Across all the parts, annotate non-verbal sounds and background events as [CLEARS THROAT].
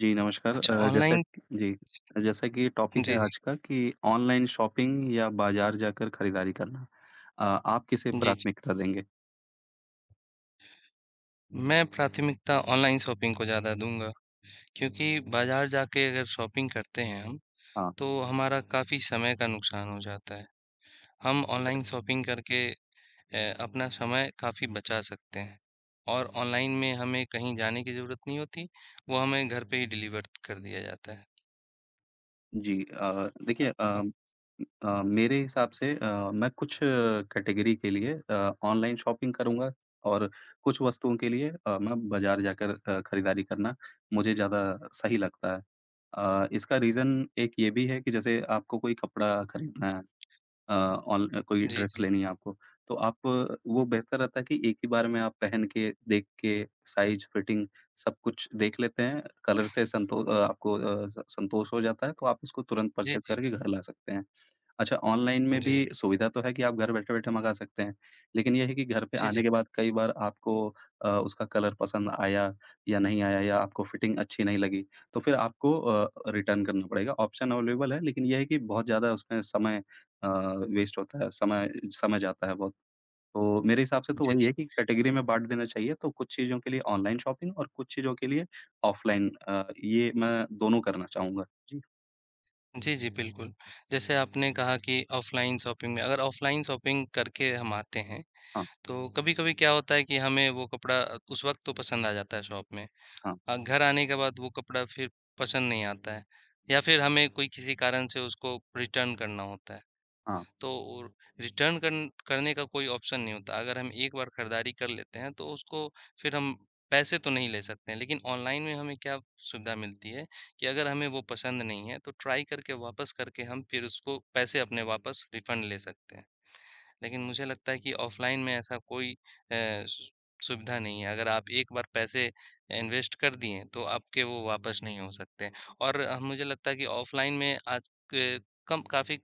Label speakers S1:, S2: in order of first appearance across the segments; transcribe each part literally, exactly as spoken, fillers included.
S1: जी, नमस्कार।
S2: अच्छा
S1: अ, जैसा
S2: ऑनलाइन।
S1: कि- जी, जैसा कि टॉपिक
S2: जी,
S1: है
S2: जी।
S1: आज का कि ऑनलाइन शॉपिंग या बाज़ार जाकर खरीदारी करना। अ, आप किसे
S2: जी, जी।
S1: प्राथमिकता देंगे?
S2: मैं प्राथमिकता ऑनलाइन शॉपिंग को ज़्यादा दूँगा क्योंकि बाज़ार जाके अगर शॉपिंग करते हैं हम,
S1: हाँ,
S2: तो हमारा काफ़ी समय का नुकसान हो जाता है। हम ऑनलाइन शॉपिंग करके अ, अपना समय काफ़ी बचा सकते हैं और ऑनलाइन में हमें कहीं जाने की ज़रूरत नहीं होती, वो हमें घर पे ही डिलीवर कर दिया जाता है।
S1: जी, अ, देखिए,
S2: अ,
S1: अ अ, मेरे हिसाब से अ, मैं कुछ कैटेगरी के लिए अ, ऑनलाइन शॉपिंग करूँगा और कुछ वस्तुओं के लिए अ, मैं बाज़ार जाकर अ, खरीदारी करना मुझे ज़्यादा सही लगता है। अ, इसका रीज़न एक ये भी है कि जैसे आपको कोई कपड़ा खरीदना है, अ, ऑन कोई
S2: जी,
S1: ड्रेस
S2: जी।
S1: लेनी है आपको, तो आप अ, वो बेहतर रहता है कि एक ही बार में आप पहन के, देख के, साइज़, फिटिंग सब कुछ देख लेते हैं। कलर से संतो अ, आपको अ, स संतोष हो जाता है, तो आप उसको तुरंत
S2: जी,
S1: परचेज़
S2: जी।
S1: करके घर ला सकते हैं। अच्छा, ऑनलाइन में
S2: जी।
S1: भी सुविधा तो है कि आप घर बैठे-बैठे मँगा सकते हैं। लेकिन ये है कि घर पे
S2: जी, जी।
S1: आने के बाद कई बार आपको अ, उसका कलर पसंद आया या नहीं आया या आपको फिटिंग अच्छी नहीं लगी, तो फिर आपको अ, रिटर्न करना पड़ेगा। ऑप्शन अवेलेबल है, लेकिन ये है कि बहुत ज़्यादा उसमें समय अ, वेस्ट होता है, समय समय जाता है बहुत। तो मेरे हिसाब से तो
S2: जी,
S1: वही
S2: जी।
S1: है कि कैटेगरी में बाँट देना चाहिए, तो कुछ चीज़ों के लिए ऑनलाइन शॉपिंग और कुछ चीज़ों के लिए ऑफ़लाइन, अ, ये मैं दोनों करना चाहूँगा। जी,
S2: जी, जी, बिल्कुल। जैसे आपने कहा कि ऑफ़लाइन शॉपिंग में अगर ऑफ़लाइन शॉपिंग करके हम आते हैं,
S1: हाँ,
S2: तो कभी-कभी क्या होता है कि हमें वो कपड़ा उस वक़्त तो पसंद आ जाता है शॉप में।
S1: हाँ,
S2: अ, घर आने के बाद वो कपड़ा फिर पसंद नहीं आता है या फिर हमें कोई किसी कारण से उसको रिटर्न करना होता है।
S1: हाँ।
S2: तो रिटर्न करन करने का कोई ऑप्शन नहीं होता। अगर हम एक बार खरीदारी कर लेते हैं तो उसको फिर हम पैसे तो नहीं ले सकते हैं। लेकिन ऑनलाइन में हमें क्या सुविधा मिलती है कि अगर हमें वो पसंद नहीं है तो ट्राई करके वापस करके हम फिर उसको पैसे अपने वापस रिफंड ले सकते हैं। लेकिन मुझे लगता है कि ऑफ़लाइन में ऐसा कोई अ, सु सुविधा नहीं है। अगर आप एक बार पैसे इन्वेस्ट कर दिए, तो आपके वो वापस नहीं हो सकते हैं। और अ, मुझे लगता है कि ऑफ़लाइन में आज के कम काफ़ी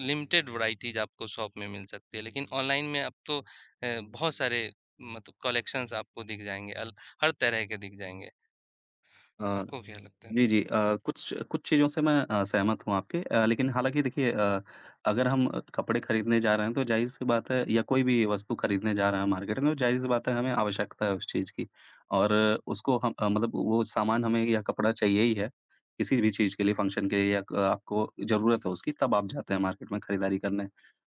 S2: लिमिटेड वैराइटीज़ आपको शॉप में मिल सकती है। लेकिन ऑनलाइन में अब तो अ, बहुत सारे मतलब कलेक्शंस आपको दिख जाएँगे, अल हर तरह के दिख जाएँगे।
S1: अ
S2: आपको क्या लगता है?
S1: जी, जी। अ, कुछ कुछ चीज़ों से मैं अ, सहमत हूँ आपके, अ, लेकिन हालाँकि देखिए, अ, अगर हम अ, कपड़े खरीदने जा रहे हैं तो ज़ाहिर-सी बात है या कोई भी वस्तु खरीदने जा रहे हैं मार्केट में, तो ज़ाहिर-सी बात है हमें आवश्यकता है उस चीज़ की और अ, उसको हम, अ, मतलब वो सामान हमें या कपड़ा चाहिए ही है, किसी भी चीज़ के लिए फंक्शन के लिए या क आपको ज़रूरत है उसकी, तब आप जाते हैं मार्केट में खरीदारी करने।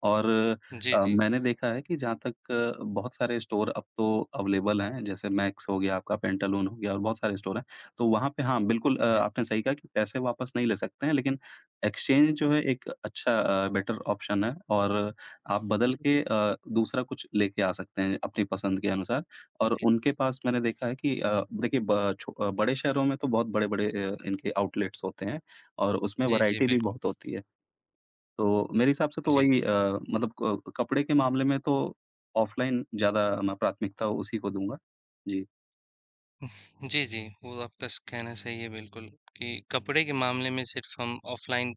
S1: और
S2: जी,
S1: अ,
S2: जी।
S1: मैंने देखा है कि जहाँ तक अ, बहुत सारे स्टोर अब तो अवेलेबल हैं, जैसे मैक्स हो गया, आपका पेंटालून हो गया और बहुत सारे स्टोर हैं। तो वहाँ पे, हाँ, बिल्कुल, अ,
S2: जी,
S1: आपने सही कहा कि पैसे वापस नहीं ले सकते हैं, लेकिन एक्सचेंज जो है एक अच्छा अ, बेटर ऑप्शन है और आप बदल के अ, दूसरा कुछ लेके आ सकते हैं अपनी पसंद के अनुसार और
S2: जी।
S1: उनके पास मैंने देखा है कि, अ, देखिए, ब छो अ, बड़े शहरों में तो बहुत बड़े-बड़े, अ, इनके आउटलेट्स होते हैं और उसमें
S2: जी, जी,
S1: वैरायटी भी
S2: बिल्कुल।
S1: बहुत होती है। तो मेरे हिसाब से तो
S2: जी।
S1: वही, अ, मतलब क कपड़े के मामले में तो ऑफ़लाइन ज़्यादा मैं प्राथमिकता उसी को दूँगा। जी,
S2: जी, जी। वो तो आपका स कहना सही है बिल्कुल कि कपड़े के मामले में सिर्फ़ हम ऑफ़लाइन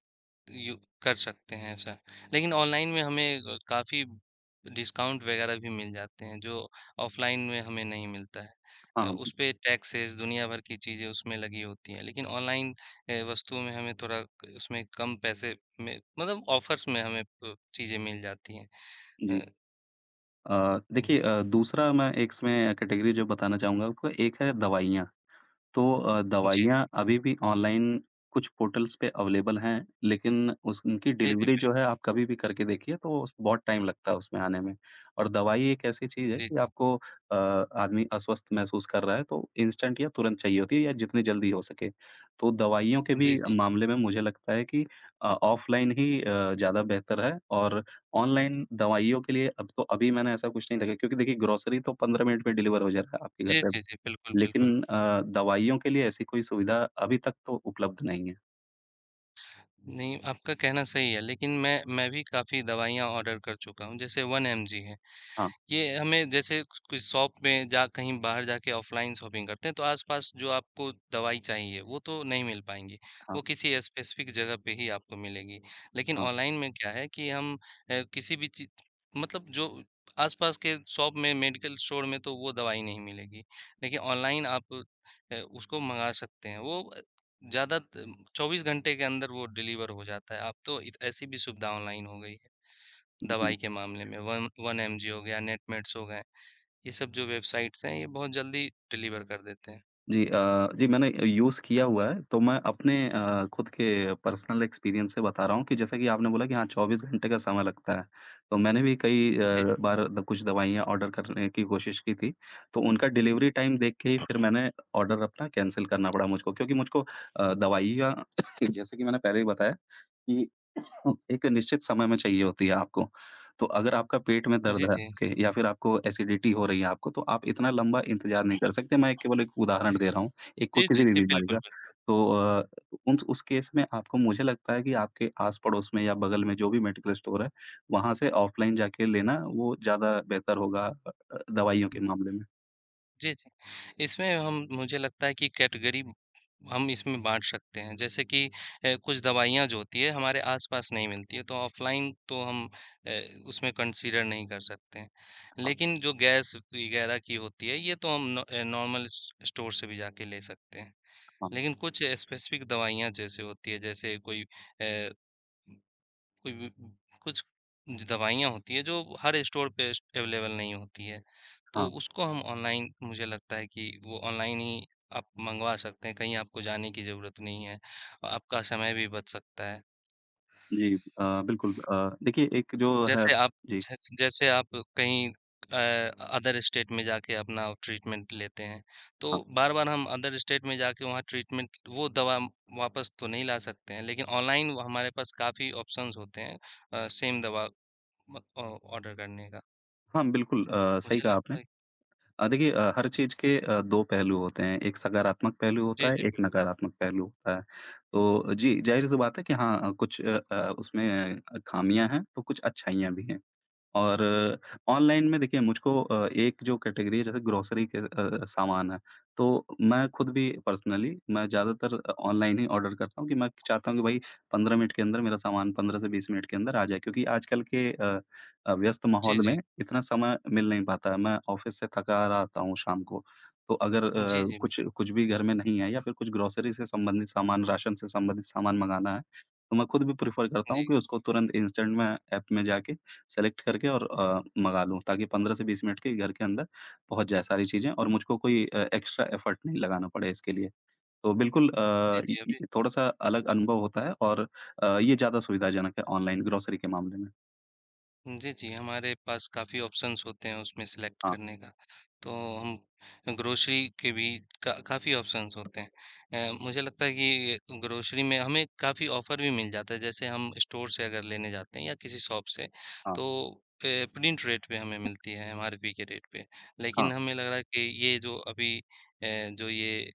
S2: यू कर सकते हैं ऐसा। लेकिन ऑनलाइन में हमें अ, काफ़ी डिस्काउंट वग़ैरह भी मिल जाते हैं जो ऑफ़लाइन में हमें नहीं मिलता है।
S1: हाँ,
S2: अ,
S1: हाँ।
S2: उसपे टैक्सेस दुनिया भर की चीज़ें उसमें लगी होती हैं। लेकिन ऑनलाइन अ, वस्तुओं में हमें थोड़ा क उसमें कम पैसे में मतलब ऑफ़र्स में हमें अ, चीज़ें मिल जाती हैं।
S1: जी।
S2: अ,
S1: अ, देखिए,
S2: जी।
S1: अ, दूसरा मैं एक इसमें कैटेगरी जो बताना चाहूँगा आपको, एक है दवाइयाँ। तो अ,
S2: जी, जी।
S1: दवाइयाँ अभी भी ऑनलाइन कुछ पोर्टल्स पे अवेलेबल हैं, लेकिन उस उनकी
S2: जी, जी,
S1: डिलीवरी जो है,
S2: बिल्कुल।
S1: आप कभी भी करके देखिए तो उस बहुत टाइम लगता है उसमें आने में। और दवाई एक ऐसी चीज़ है
S2: जी,
S1: कि
S2: जी।
S1: आपको, अ, आदमी अस्वस्थ महसूस कर रहा है तो इंस्टेंट या तुरंत चाहिए होती है या जितनी जल्दी हो सके। तो दवाइयों के भी
S2: जी, जी।
S1: मामले में मुझे लगता है कि अ, ऑफ़लाइन ही अ, ज़्यादा बेहतर है और ऑनलाइन दवाइयों के लिए अब तो अभी मैंने ऐसा कुछ नहीं देखा, क्योंकि देखिए ग्रोसरी तो पंद्रह मिनट में डिलीवर हो जा रहा है आपके घर
S2: जी,
S1: पे।
S2: जी, जी। बिल्कुल, बिल्कुल।
S1: लेकिन अ, दवाइयों के लिए ऐसी कोई सुविधा अभी तक तो उपलब्ध नहीं है।
S2: नहीं, आपका कहना सही है, लेकिन मैं मैं भी काफ़ी दवाइयाँ ऑर्डर कर चुका हूँ, जैसे 1 एमजी है,
S1: हाँ,
S2: ये हमें जैसे कोई शॉप में जा कहीं बाहर जाके ऑफ़लाइन शॉपिंग करते हैं, तो आस-पास जो आपको दवाई चाहिए, वो तो नहीं मिल पाएँगी।
S1: हाँ,
S2: वो किसी स्पेसिफ़िक जगह पे ही आपको मिलेगी। लेकिन
S1: हाँ।
S2: ऑनलाइन में क्या है कि हम अ, किसी भी चीज़ मतलब जो आस-पास के शॉप में, मेडिकल स्टोर में तो वो दवाई नहीं मिलेगी। लेकिन ऑनलाइन आप अ, उसको मँगा सकते हैं। वो अ, ज़्यादा त चौबीस घंटे के अंदर वो डिलीवर हो जाता है। अब तो इत ऐसी भी सुविधा ऑनलाइन हो गई। दवाई
S1: जी,
S2: के मामले में वन वन एमजी हो गया, नेटमेट्स हो गए, ये सब जो वेबसाइट्स हैं ये बहुत जल्दी डिलीवर कर देते हैं।
S1: जी, अ, जी, मैंने यूज़ किया हुआ है, तो मैं अपने अ, खुद के पर्सनल एक्सपीरियंस से बता रहा हूँ कि जैसा कि आपने बोला कि हाँ, चौबीस घंटे का समय लगता है, तो मैंने भी कई
S2: जी,
S1: अ, बार द कुछ दवाइयाँ ऑर्डर करने की कोशिश की थी, तो उनका डिलीवरी टाइम देख के ही फिर मैंने ऑर्डर अपना कैंसल करना पड़ा, मुझको क्योंकि मुझको अ, दवाइयाँ [CLEARS THROAT] [COUGHS] जैसे कि मैंने पहले ही बताया कि [COUGHS] एक निश्चित समय में चाहिए होती है आपको। तो अगर आपका पेट में दर्द
S2: जी,
S1: है,
S2: जी।
S1: ओके, या फिर आपको एसिडिटी हो रही है आपको, तो आप इतना लंबा इंतज़ार नहीं कर सकते। मैं केवल एक उदाहरण दे रहा हूँ, एक को
S2: जी, जी,
S1: किसी भी
S2: जी,
S1: बीमारी
S2: बिल्कुल,
S1: का। तो अ, उन उस केस में आपको मुझे लगता है कि आपके आस-पड़ोस में या बगल में जो भी मेडिकल स्टोर है, वहाँ से ऑफ़लाइन जाके लेना वो ज़्यादा बेहतर होगा अ अ, दवाइयों के
S2: बिल्कुल।
S1: मामले में।
S2: जी, जी। इसमें हम मुझे लगता है कि कैटेगरी हम इसमें बाँट सकते हैं, जैसे कि अ, कुछ दवाइयाँ जो होती है हमारे आस-पास नहीं मिलती है, तो ऑफ़लाइन तो हम अ, उसमें कंसीडर नहीं कर सकते हैं।
S1: हाँ,
S2: लेकिन जो गैस वगैरह की होती है, ये तो हम नॉ अ, नॉर्मल स स्टोर से भी जाके ले सकते हैं।
S1: हाँ,
S2: लेकिन कुछ स्पेसिफ़िक दवाइयाँ जैसे होती है, जैसे कोई अ, कोई वी कुछ दवाइयाँ होती है जो हर स्टोर पे स अवेलेबल नहीं होती है। तो
S1: हाँ।
S2: उसको हम ऑनलाइन मुझे लगता है कि वो ऑनलाइन ही आप मँगवा सकते हैं, कहीं आपको जाने की ज़रूरत नहीं है। और आपका समय भी बच सकता है।
S1: जी, अ, बिल्कुल, अ, देखिए एक जो है।
S2: जैसे आप
S1: जी,
S2: जैस जैसे आप कहीं अ, अदर स्टेट में जाके अपना ट्रीटमेंट लेते हैं, तो
S1: हाँ।
S2: बार-बार हम अदर स्टेट में जाके वहाँ ट्रीटमेंट वो दवा हम वापस तो नहीं ला सकते हैं, लेकिन ऑनलाइन हमारे पास काफ़ी ऑप्शंस होते हैं अ, सेम दवा म अ, ऑर्डर करने का।
S1: हाँ, बिल्कुल, अ, सही
S2: मुझे
S1: कहा
S2: लगता
S1: आपने।
S2: है।
S1: अ, देखिए, अ, हर
S2: जी,
S1: चीज़ के अ, दो पहलू होते हैं, एक सकारात्मक पहलू होता
S2: जी,
S1: है,
S2: जी,
S1: एक
S2: बिल्कुल।
S1: नकारात्मक पहलू होता है। तो जी, ज़ाहिर-सी बात है कि हाँ, अ, कुछ अ अ, उसमें खामियाँ हैं, तो कुछ अच्छाइयाँ भी हैं। और ऑनलाइन में देखिए मुझको अ, एक जो कैटेगरी है जैसे ग्रोसरी के अ, सामान है, तो मैं खुद भी पर्सनली मैं ज़्यादातर अ, ऑनलाइन ही ऑर्डर करता हूँ कि मैं चाहता हूँ कि भाई पंद्रह मिनट के अंदर मेरा सामान, पंद्रह से बीस मिनट के अंदर आ जाए, क्योंकि आजकल के अ अ, व्यस्त
S2: जी,
S1: माहौल में
S2: जी।
S1: इतना समय मिल नहीं पाता है। मैं ऑफ़िस से थका हारा आता हूँ शाम को, तो अगर
S2: जी,
S1: अ,
S2: जी,
S1: कुछ
S2: बिल्कुल।
S1: कुछ भी घर में नहीं है या फिर कुछ ग्रोसरी से संबंधित सामान, राशन से संबंधित सामान मँगाना है, तो मैं खुद भी प्रेफ़र करता
S2: जी।
S1: हूँ कि उसको तुरंत इंस्टेंट मैं ऐप में जाके सेलेक्ट करके और अ, मँगा लूँ ताकि पंद्रह से बीस मिनट के घर के अंदर पहुँच जाए सारी चीज़ें और मुझको कोई अ, एक्स्ट्रा एफ़र्ट नहीं लगाना पड़े इसके लिए। तो बिल्कुल,
S2: जी,
S1: अ, इ
S2: जी,
S1: इ
S2: अभी।
S1: थोड़ा-सा अलग अनुभव होता है और अ, ये ज़्यादा सुविधाजनक है ऑनलाइन ग्रोसरी के मामले में।
S2: जी, जी, हमारे पास काफ़ी ऑप्शंस होते हैं उसमें सेलेक्ट
S1: हाँ,
S2: करने का। तो हम ग्रोसरी के भी का काफ़ी ऑप्शंस होते हैं। अ, मुझे लगता है कि ग्रोसरी में हमें काफ़ी ऑफ़र भी मिल जाता है, जैसे हम स्टोर से अगर लेने जाते हैं या किसी शॉप से
S1: हाँ,
S2: तो अ, प्रिंट रेट पे हमें मिलती है एमआरपी के रेट पे।
S1: हाँ,
S2: लेकिन हमें लग रहा है कि ये जो अभी अ, जो ये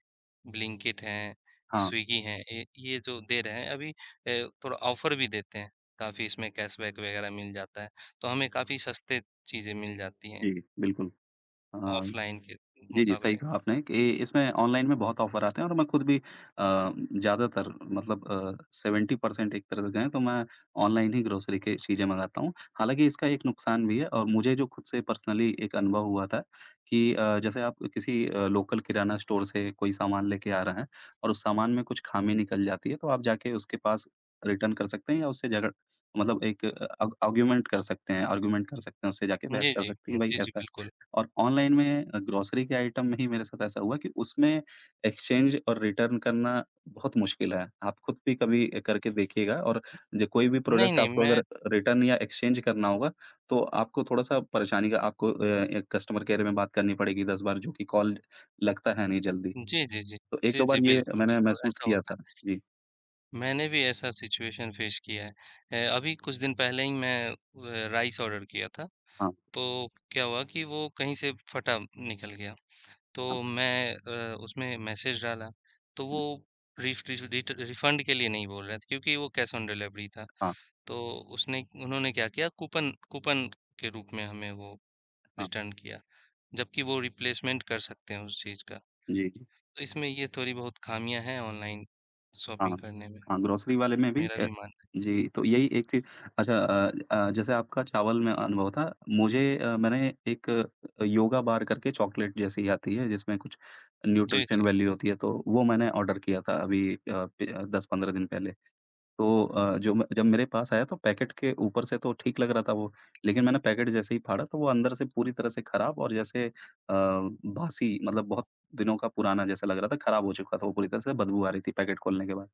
S2: ब्लिंकिट हैं, ये
S1: हाँ।
S2: स्विगी हैं, ये ये जो दे रहे हैं अभी अ, थोड़ा ऑफ़र भी देते हैं। काफ़ी इसमें कैशबैक वग़ैरह मिल जाता है। तो हमें काफ़ी सस्ते चीज़ें मिल जाती हैं,
S1: जी, बिल्कुल। हाँ।
S2: ऑफ़लाइन के
S1: जी, जी, सही
S2: मुकाबले।
S1: कहा आपने कि इसमें ऑनलाइन में बहुत ऑफ़र आते हैं और मैं खुद भी अ, ज़्यादातर मतलब अ, सत्तर परसेंट एक तरह से कहें तो मैं ऑनलाइन ही ग्रोसरी की चीज़ें मँगाता हूँ। हालाँकि इसका एक नुकसान भी है और मुझे जो खुद से पर्सनली एक अनुभव हुआ था कि, अ, जैसे आप किसी अ, लोकल किराना स्टोर से कोई सामान लेके आ रहे हैं और उस सामान में कुछ ख़ामी निकल जाती है, तो आप जाके उसके पास रिटर्न कर सकते हैं या उससे झगड़ मतलब एक, अ, आर्ग आर्ग्यूमेंट कर सकते हैं आर्ग्यूमेंट कर सकते हैं, उससे जाके बहस
S2: जी,
S1: कर
S2: जी।
S1: सकते हैं कि
S2: जी,
S1: भाई
S2: जी,
S1: ऐसा।
S2: बिल्कुल।
S1: और ऑनलाइन में अ, ग्रोसरी के आइटम में ही मेरे साथ ऐसा हुआ कि उसमें एक्सचेंज और रिटर्न करना बहुत मुश्किल है। आप खुद भी कभी करके देखिएगा और जो कोई भी
S2: नहीं,
S1: प्रोडक्ट
S2: नहीं,
S1: आपको
S2: मैं।
S1: अगर रिटर्न या एक्सचेंज करना होगा, तो आपको थोड़ा-सा परेशानी का, आपको अ, एक कस्टमर केयर में बात करनी पड़ेगी दस बार जो कि कॉल लगता है नहीं जल्दी।
S2: जी, जी, जी।
S1: तो
S2: जी,
S1: एक दो बार
S2: जी,
S1: ये
S2: बिल्कुल,
S1: मैंने
S2: बिल्कुल,
S1: महसूस
S2: ऐसा
S1: किया
S2: होता
S1: था।
S2: है।
S1: जी,
S2: मैंने भी ऐसा सिचुएशन फ़ेस किया है। अ, अभी कुछ दिन पहले ही मैं अ, राइस ऑर्डर किया था,
S1: हाँ,
S2: तो क्या हुआ कि वो कहीं से फटा निकल गया।
S1: हाँ,
S2: तो मैं अ, उसमें मैसेज डाला, तो
S1: हुँ,
S2: वो रिफ रिश रिट रिफ़ंड के लिए नहीं बोल रहा था क्योंकि वो कैश ऑन डिलीवरी था।
S1: हाँ,
S2: तो उसने उन्होंने क्या किया कूपन कूपन के रूप में हमें वो
S1: हाँ।
S2: रिटर्न किया, जबकि वो रिप्लेसमेंट कर सकते हैं उस चीज़ का।
S1: जी, जी।
S2: तो इसमें ये थोड़ी बहुत ख़ामियाँ हैं ऑनलाइन
S1: हाँ,
S2: शॉपिंग करने में,
S1: हाँ, ग्रोसरी वाले में भी,
S2: मेरा
S1: अ,
S2: भी मानना
S1: जी, तो यही एक चीज़ अच्छा, अ अ, जैसे आपका चावल में अनुभव था, मुझे, अ, मैंने एक अ, योगा बार करके चॉकलेट जैसी आती है, जिसमें कुछ
S2: है। जी,
S1: न्यूट्रिशन
S2: जी।
S1: वैल्यू होती है, तो वो मैंने ऑर्डर किया था अभी, अ, प दस पंद्रह दिन पहले। तो अ, जो मैं जब मेरे पास आया तो पैकेट के ऊपर से तो ठीक लग रहा था वो, लेकिन मैंने पैकेट जैसे ही फाड़ा तो वो अंदर से पूरी तरह से खराब और जैसे अ, बासी मतलब बहुत दिनों का पुराना जैसा लग रहा था, खराब हो चुका था वो पूरी तरह से, बदबू आ रही थी पैकेट खोलने के बाद।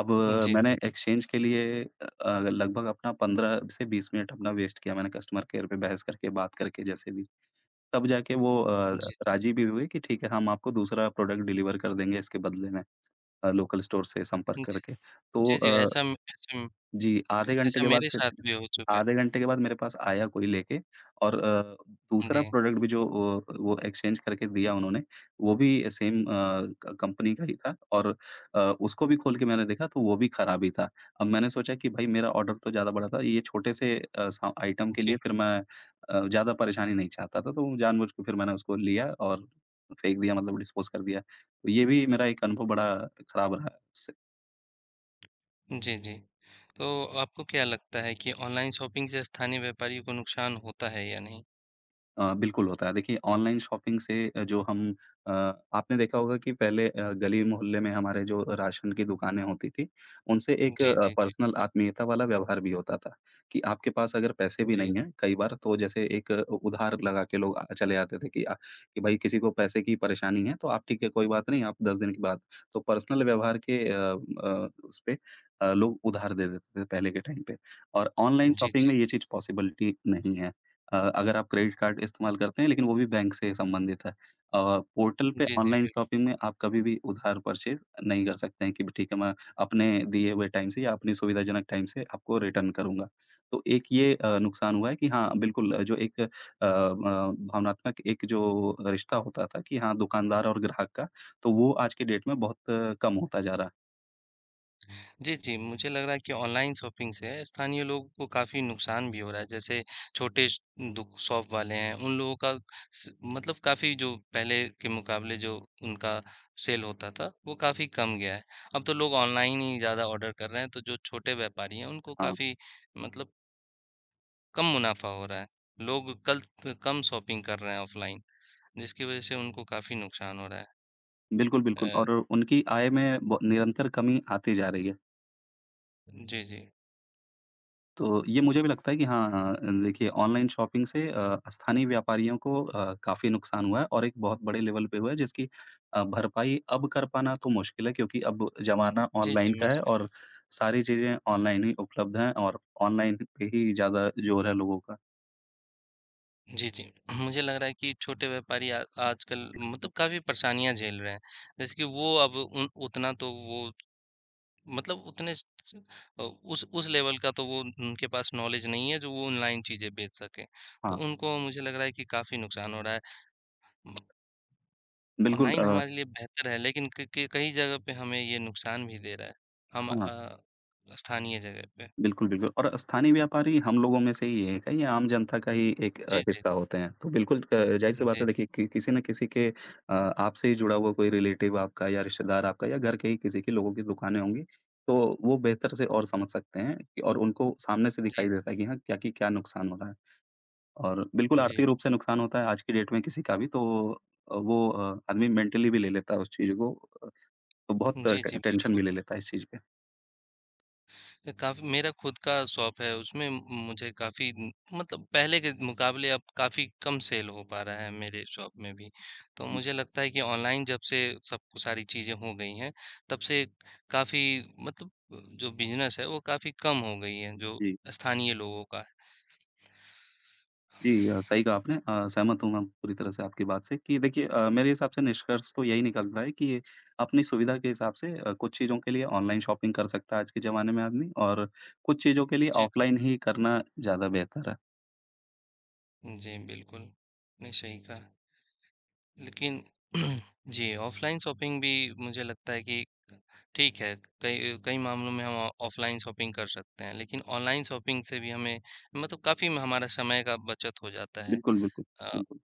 S1: अब अ,
S2: जी,
S1: मैंने
S2: जी।
S1: एक्सचेंज के लिए अ अ, लगभग अपना पंद्रह से बीस मिनट अपना वेस्ट किया, मैंने कस्टमर केयर पे बहस करके, बात करके जैसे भी। तब जाके वो अ,
S2: जी,
S1: राज़ी भी हुए कि ठीक है, हम आपको दूसरा प्रोडक्ट डिलीवर कर देंगे इसके बदले में, अ, लोकल स्टोर से संपर्क
S2: जी।
S1: करके। तो
S2: जी, जी।
S1: अ
S2: ऐसा म ऐसा म
S1: जी, आधे घंटे
S2: ऐसा
S1: के बाद
S2: मेरे
S1: फिर
S2: साथ भी हो चुका है।
S1: आधे घंटे के बाद मेरे पास आया कोई लेके और अ, दूसरा
S2: जी,
S1: प्रोडक्ट भी जो अ, वो एक्सचेंज करके दिया उन्होंने, वो भी सेम अ, क कंपनी का ही था और अ, उसको भी खोल के मैंने देखा तो वो भी खराब ही था। अब मैंने सोचा कि भाई मेरा ऑर्डर तो ज़्यादा बड़ा था, ये छोटे से अ, सा आइटम के
S2: जी।
S1: लिए फिर मैं अ, ज़्यादा परेशानी नहीं चाहता था, तो जानबूझ के फिर मैंने उसको लिया और फेंक दिया, मतलब डिस्पोज़ कर दिया। तो ये भी मेरा एक अनुभव बड़ा खराब रहा उससे।
S2: जी, जी। तो आपको क्या लगता है कि ऑनलाइन शॉपिंग से स्थानीय व्यापारियों को नुकसान होता है या नहीं?
S1: अ, बिल्कुल होता है। देखिए ऑनलाइन शॉपिंग से, अ, जो हम अ, आपने देखा होगा कि पहले अ, गली-मोहल्ले में हमारे जो राशन की दुकानें होती थी, उनसे एक
S2: जी,
S1: अ,
S2: जी, जी।
S1: पर्सनल आत्मीयता वाला व्यवहार भी होता था, कि आपके पास अगर पैसे भी
S2: जी।
S1: नहीं हैं कई बार तो जैसे एक अ, उधार लगा के लोग अ, चले आते थे कि अ, कि भाई किसी को पैसे की परेशानी है तो आप ठीक है कोई बात नहीं आप दस दिन के बाद, तो पर्सनल व्यवहार के, अ अ, उस पे अ, लोग उधार दे देते थे पहले के टाइम पे और ऑनलाइन
S2: जी,
S1: शॉपिंग
S2: जी।
S1: में ये चीज़ पॉसिबिलिटी नहीं है। अ, अगर आप क्रेडिट कार्ड इस्तेमाल करते हैं लेकिन वो भी बैंक से संबंधित है। अ, पोर्टल पे
S2: जी, जी।
S1: ऑनलाइन
S2: बिल्कुल।
S1: शॉपिंग में आप कभी भी उधार परचेज़ नहीं कर सकते हैं कि ब ठीक है, मैं अपने दिए हुए टाइम से या अपनी सुविधाजनक टाइम से आपको रिटर्न करूँगा। तो एक ये अ, नुकसान हुआ है कि हाँ, बिल्कुल, अ, जो एक अ, म भावनात्मक एक जो रिश्ता होता था कि हाँ, दुकानदार और ग्राहक का, तो वो आज की डेट में बहुत अ, कम होता जा रहा है।
S2: जी, जी, मुझे लग रहा है कि ऑनलाइन शॉपिंग से स्थानीय लोगों को काफ़ी नुकसान भी हो रहा है। जैसे छोटे श दुक शॉप वाले हैं, उन लोगों का स मतलब काफ़ी जो पहले के मुकाबले जो उनका सेल होता था, वो काफ़ी कम गया है। अब तो लोग ऑनलाइन ही ज़्यादा ऑर्डर कर रहे हैं, तो जो छोटे व्यापारी हैं, उनको
S1: हाँ,
S2: काफ़ी मतलब कम मुनाफ़ा हो रहा है। लोग कल त कम शॉपिंग कर रहे हैं ऑफ़लाइन, जिसकी वज़ह से उनको काफ़ी नुकसान हो रहा
S1: बिल्कुल, बिल्कुल,
S2: है। अ,
S1: और उनकी आय में ब निरंतर कमी आती जा रही है।
S2: जी, जी।
S1: तो ये मुझे भी लगता है कि हाँ, अ, देखिए ऑनलाइन शॉपिंग से अ, स्थानीय व्यापारियों को अ, काफ़ी नुकसान हुआ है और एक बहुत बड़े लेवल पे हुआ है, जिसकी अ, भरपाई अब कर पाना तो मुश्किल है, क्योंकि अब ज़माना
S2: जी,
S1: ऑनलाइन
S2: जी, मैं।
S1: का है और सारी चीज़ें ऑनलाइन ही उपलब्ध हैं और ऑनलाइन पे ही ज़्यादा ज़ोर है लोगों का।
S2: जी, जी। मुझे लग रहा है कि छोटे व्यापारी आ आजकल मतलब काफ़ी परेशानियाँ झेल रहे हैं। जैसे कि वो अब उन उतना तो वो मतलब उतने स स अ, उस उस लेवल का तो वो उनके पास नॉलेज नहीं है जो वो ऑनलाइन चीज़ें बेच सकें। तो
S1: हाँ,
S2: उनको मुझे लग रहा है कि काफ़ी नुकसान हो रहा है। उम,
S1: बिल्कुल,
S2: ऑनलाइन
S1: अ,
S2: हमारे लिए बेहतर है लेकिन क क कई जगह पे हमें ये नुकसान भी दे रहा है। हम
S1: हाँ।
S2: अ, स्थानीय जगह पे।
S1: बिल्कुल, बिल्कुल, और स्थानीय व्यापारी हम लोगों में से ही है क्या? ये आम जनता का ही एक अ,
S2: जी, जी।
S1: हिस्सा होते हैं। तो बिल्कुल, अ, ज़ाहिर-सी
S2: जी,
S1: बात है
S2: जी,
S1: देखिए कि किसी न किसी के अ, आपसे ही जुड़ा हुआ कोई रिलेटिव आपका या रिश्तेदार आपका या घर के ही किसी के लोगों की दुकानें होंगी। तो वो बेहतर से और समझ सकते हैं कि- और उनको सामने से
S2: जी,
S1: दिखाई देता है कि हाँ, क्या कि क्या नुकसान हो रहा है। और बिल्कुल
S2: जी।
S1: आर्थिक रूप से नुकसान होता है आज की डेट में किसी का भी, तो अ, वो अ, आदमी मेंटली भी ले लेता है उस चीज़ को। अ, तो बहुत
S2: जी,
S1: ट
S2: जी,
S1: टेंशन भी
S2: बिल्कुल।
S1: ले लेता है इस चीज़ पे।
S2: अ, काफ़ी मेरा खुद का शॉप है, उसमें म- मुझे काफ़ी उम, मतलब पहले के मुकाबले अब काफ़ी कम सेल हो पा रहा है मेरे शॉप में भी। तो
S1: जी,
S2: मुझे लगता है कि ऑनलाइन जब से सब कुछ सारी चीज़ें हो गई हैं, तब से काफ़ी मतलब जो बिज़नेस है, वो काफ़ी कम हो गई है, जो
S1: जी।
S2: स्थानीय लोगों का है।
S1: जी, अ, सही कहा आपने, अ, सहमत हूँ मैं पूरी तरह से आपकी बात से कि देखिए, अ, मेरे हिसाब से निष्कर्ष तो यही निकलता है कि अपनी सुविधा के हिसाब से अ, कुछ चीज़ों के लिए ऑनलाइन शॉपिंग कर सकता है आज के ज़माने में आदमी और कुछ चीज़ों के लिए
S2: जी,
S1: ऑफलाइन ही करना ज़्यादा बेहतर है।
S2: जी, बिल्कुल, आपने सही कहा। लेकिन [CLEARS THROAT] जी, ऑफ़लाइन शॉपिंग भी मुझे लगता है कि ठीक है, कई कई मामलों में हम ऑ ऑफ़लाइन शॉपिंग कर सकते हैं, लेकिन ऑनलाइन शॉपिंग से भी हमें मतलब काफ़ी हमारा समय का बचत हो जाता है।
S1: बिल्कुल, बिल्कुल,
S2: अ,
S1: बिल्कुल।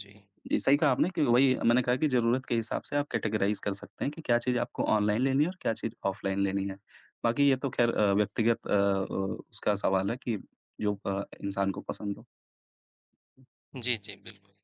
S2: जी।
S1: जी, सही कहा आपने कि वही मैंने कहा कि ज़रूरत के हिसाब से आप कैटेगराइज़ कर सकते हैं कि क्या चीज़ आपको ऑनलाइन लेनी है और क्या चीज़ ऑफलाइन लेनी है। बाकी ये तो ख़ैर, अ, व्यक्तिगत, अ अ, उसका सवाल है कि जो अ, इंसान को पसंद हो।
S2: जी, जी, बिल्कुल।